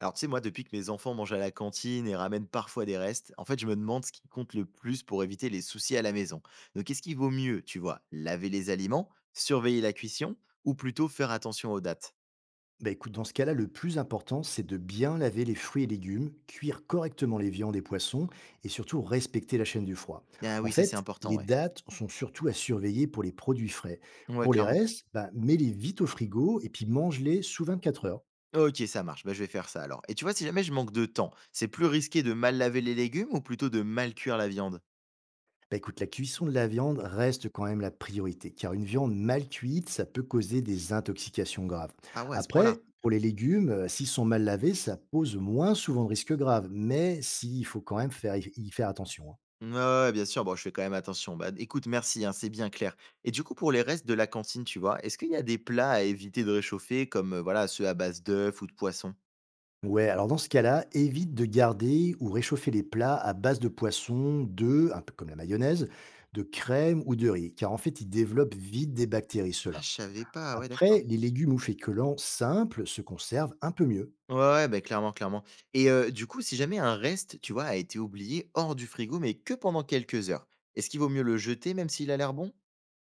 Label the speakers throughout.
Speaker 1: Alors, tu sais, moi, depuis que mes enfants mangent à la cantine et ramènent parfois des restes, en fait, je me demande ce qui compte le plus pour éviter les soucis à la maison. Donc, quest ce qui vaut mieux, tu vois, laver les aliments, surveiller la cuisson ou plutôt faire attention aux dates?
Speaker 2: Bah écoute, dans ce cas-là, le plus important, c'est de bien laver les fruits et légumes, cuire correctement les viandes et poissons, et surtout respecter la chaîne du froid.
Speaker 1: Ah
Speaker 2: En
Speaker 1: oui, ça, c'est
Speaker 2: fait,
Speaker 1: important,
Speaker 2: les
Speaker 1: ouais.
Speaker 2: dates sont surtout à surveiller pour les produits frais.
Speaker 1: Ouais,
Speaker 2: Pour les
Speaker 1: clairement.
Speaker 2: restes, bah, mets-les vite au frigo et puis mange-les sous 24 heures.
Speaker 1: Ok, ça marche. Bah, je vais faire ça alors. Et tu vois, si jamais je manque de temps, c'est plus risqué de mal laver les légumes ou plutôt de mal cuire la viande?
Speaker 2: Bah écoute, la cuisson de la viande reste quand même la priorité, car une viande mal cuite, ça peut causer des intoxications graves.
Speaker 1: Ah ouais, à ce
Speaker 2: Après,
Speaker 1: point-là.
Speaker 2: pour les légumes, s'ils sont mal lavés, ça pose moins souvent de risques graves, mais si, il faut quand même y faire attention, hein.
Speaker 1: Ouais, ouais, ouais, bien sûr, bon, je fais quand même attention. Bah, écoute, merci, hein, c'est bien clair. Et du coup, pour les restes de la cantine, tu vois, est-ce qu'il y a des plats à éviter de réchauffer, comme voilà, ceux à base d'œufs ou de poisson?
Speaker 2: Ouais, alors dans ce cas-là, évite de garder ou réchauffer les plats à base de poisson, d'œufs, un peu comme la mayonnaise, de crème ou de riz, car en fait, ils développent vite des bactéries,
Speaker 1: Ah,
Speaker 2: ceux-là.
Speaker 1: je savais pas, ouais,
Speaker 2: Après,
Speaker 1: d'accord.
Speaker 2: les légumes ou féculents simples se conservent un peu mieux.
Speaker 1: Ouais, ouais, bah, clairement, clairement. Et du coup, si jamais un reste, tu vois, a été oublié hors du frigo, mais que pendant quelques heures, est-ce qu'il vaut mieux le jeter, même s'il a l'air bon?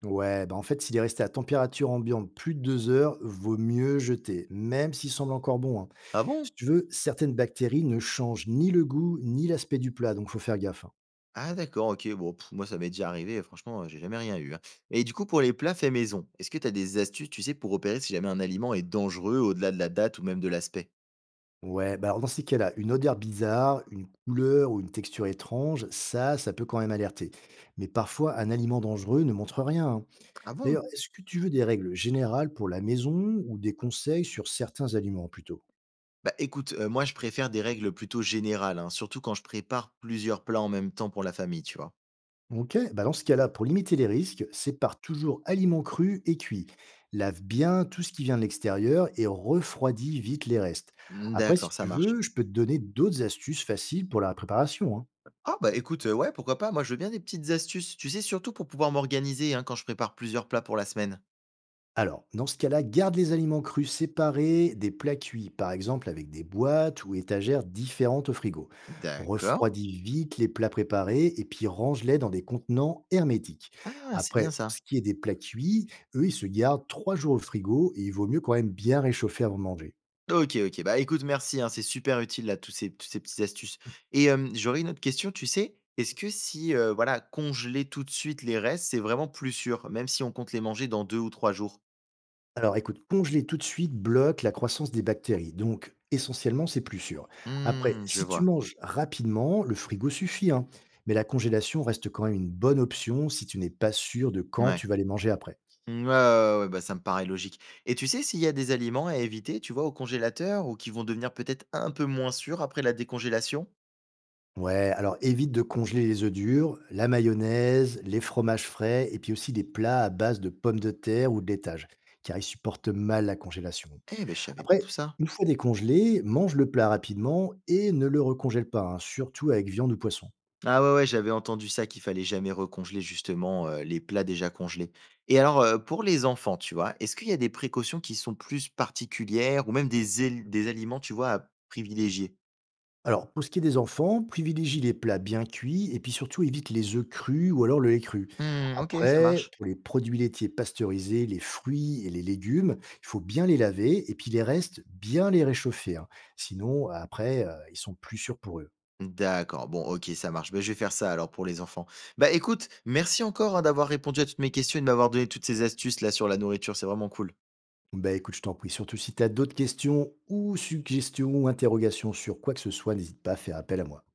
Speaker 2: Ouais, bah en fait, s'il est resté à température ambiante plus de 2 heures, vaut mieux jeter, même s'il semble encore bon, hein.
Speaker 1: Ah
Speaker 2: Si
Speaker 1: bon?
Speaker 2: tu veux, certaines bactéries ne changent ni le goût ni l'aspect du plat, donc faut faire gaffe, hein.
Speaker 1: Ah d'accord, OK. Bon, pff, moi ça m'est déjà arrivé, franchement, j'ai jamais rien eu, hein. Et du coup, pour les plats faits maison, est-ce que tu as des astuces, tu sais, pour repérer si jamais un aliment est dangereux au-delà de la date ou même de l'aspect?
Speaker 2: Ouais, bah alors dans ces cas-là, une odeur bizarre, une couleur ou une texture étrange, ça peut quand même alerter. Mais parfois, un aliment dangereux ne montre rien, hein.
Speaker 1: Ah bon?
Speaker 2: D'ailleurs, est-ce que tu veux des règles générales pour la maison ou des conseils sur certains aliments plutôt?
Speaker 1: Bah, écoute, moi je préfère des règles plutôt générales, hein, surtout quand je prépare plusieurs plats en même temps pour la famille, tu vois?
Speaker 2: Ok, bah dans ce cas-là, pour limiter les risques, sépare toujours aliments crus et cuits. Lave bien tout ce qui vient de l'extérieur et refroidis vite les restes.
Speaker 1: Mmh,
Speaker 2: Après, si
Speaker 1: d'accord, ça
Speaker 2: tu
Speaker 1: marche.
Speaker 2: veux, je peux te donner d'autres astuces faciles pour la préparation, hein.
Speaker 1: Ah bah, écoute, ouais, pourquoi pas? Moi, je veux bien des petites astuces, tu sais, surtout pour pouvoir m'organiser, hein, quand je prépare plusieurs plats pour la semaine.
Speaker 2: Alors, dans ce cas-là, garde les aliments crus séparés des plats cuits, par exemple avec des boîtes ou étagères différentes au frigo.
Speaker 1: D'accord.
Speaker 2: Refroidis vite les plats préparés et puis range-les dans des contenants hermétiques.
Speaker 1: Ah, c'est bien
Speaker 2: Après, pour ce
Speaker 1: ça.
Speaker 2: qui est des plats cuits, eux, ils se gardent 3 jours au frigo et il vaut mieux quand même bien réchauffer avant de manger.
Speaker 1: OK, OK. Bah, écoute, merci, hein, c'est super utile là tous ces toutes ces petites astuces et j'aurais une autre question, tu sais? Est-ce que si, voilà, congeler tout de suite les restes, c'est vraiment plus sûr, même si on compte les manger dans 2 ou 3 jours?
Speaker 2: Alors écoute, congeler tout de suite bloque la croissance des bactéries, donc essentiellement c'est plus sûr. Après,
Speaker 1: Mmh, je
Speaker 2: si tu
Speaker 1: vois.
Speaker 2: manges rapidement, le frigo suffit, hein, mais la congélation reste quand même une bonne option si tu n'es pas sûr de quand
Speaker 1: Mouais.
Speaker 2: tu vas les manger après.
Speaker 1: Mmh, ouais, ouais, ouais, ouais, bah, ça me paraît logique et tu sais s'il y a des aliments à éviter, tu vois, au congélateur ou qui vont devenir peut-être un peu moins sûrs après la décongélation?
Speaker 2: Ouais, alors évite de congeler les œufs durs, la mayonnaise, les fromages frais et puis aussi les plats à base de pommes de terre ou de laitage, car ils supportent mal la congélation.
Speaker 1: Eh ben, je savais pas
Speaker 2: Après,
Speaker 1: tout ça.
Speaker 2: une fois décongelé, mange le plat rapidement et ne le recongèle pas, hein, surtout avec viande ou poisson.
Speaker 1: Ah ouais, ouais, j'avais entendu ça, qu'il fallait jamais recongeler justement, les plats déjà congelés. Et alors, pour les enfants, tu vois, est-ce qu'il y a des précautions qui sont plus particulières ou même des aliments, tu vois, à privilégier?
Speaker 2: Alors, pour ce qui est des enfants, privilégie les plats bien cuits et puis surtout évite les œufs crus ou alors le lait cru.
Speaker 1: Mmh, OK, ça
Speaker 2: Après,
Speaker 1: marche.
Speaker 2: pour les produits laitiers pasteurisés, les fruits et les légumes, il faut bien les laver et puis les restes, bien les réchauffer, hein. Sinon, après, ils sont plus sûrs pour eux.
Speaker 1: D'accord, bon, OK, ça marche. Ben je vais faire ça alors pour les enfants. Bah, écoute, merci encore, hein, d'avoir répondu à toutes mes questions et de m'avoir donné toutes ces astuces là sur la nourriture, c'est vraiment cool.
Speaker 2: Bah écoute, je t'en prie. Surtout si tu as d'autres questions ou suggestions ou interrogations sur quoi que ce soit, n'hésite pas à faire appel à moi.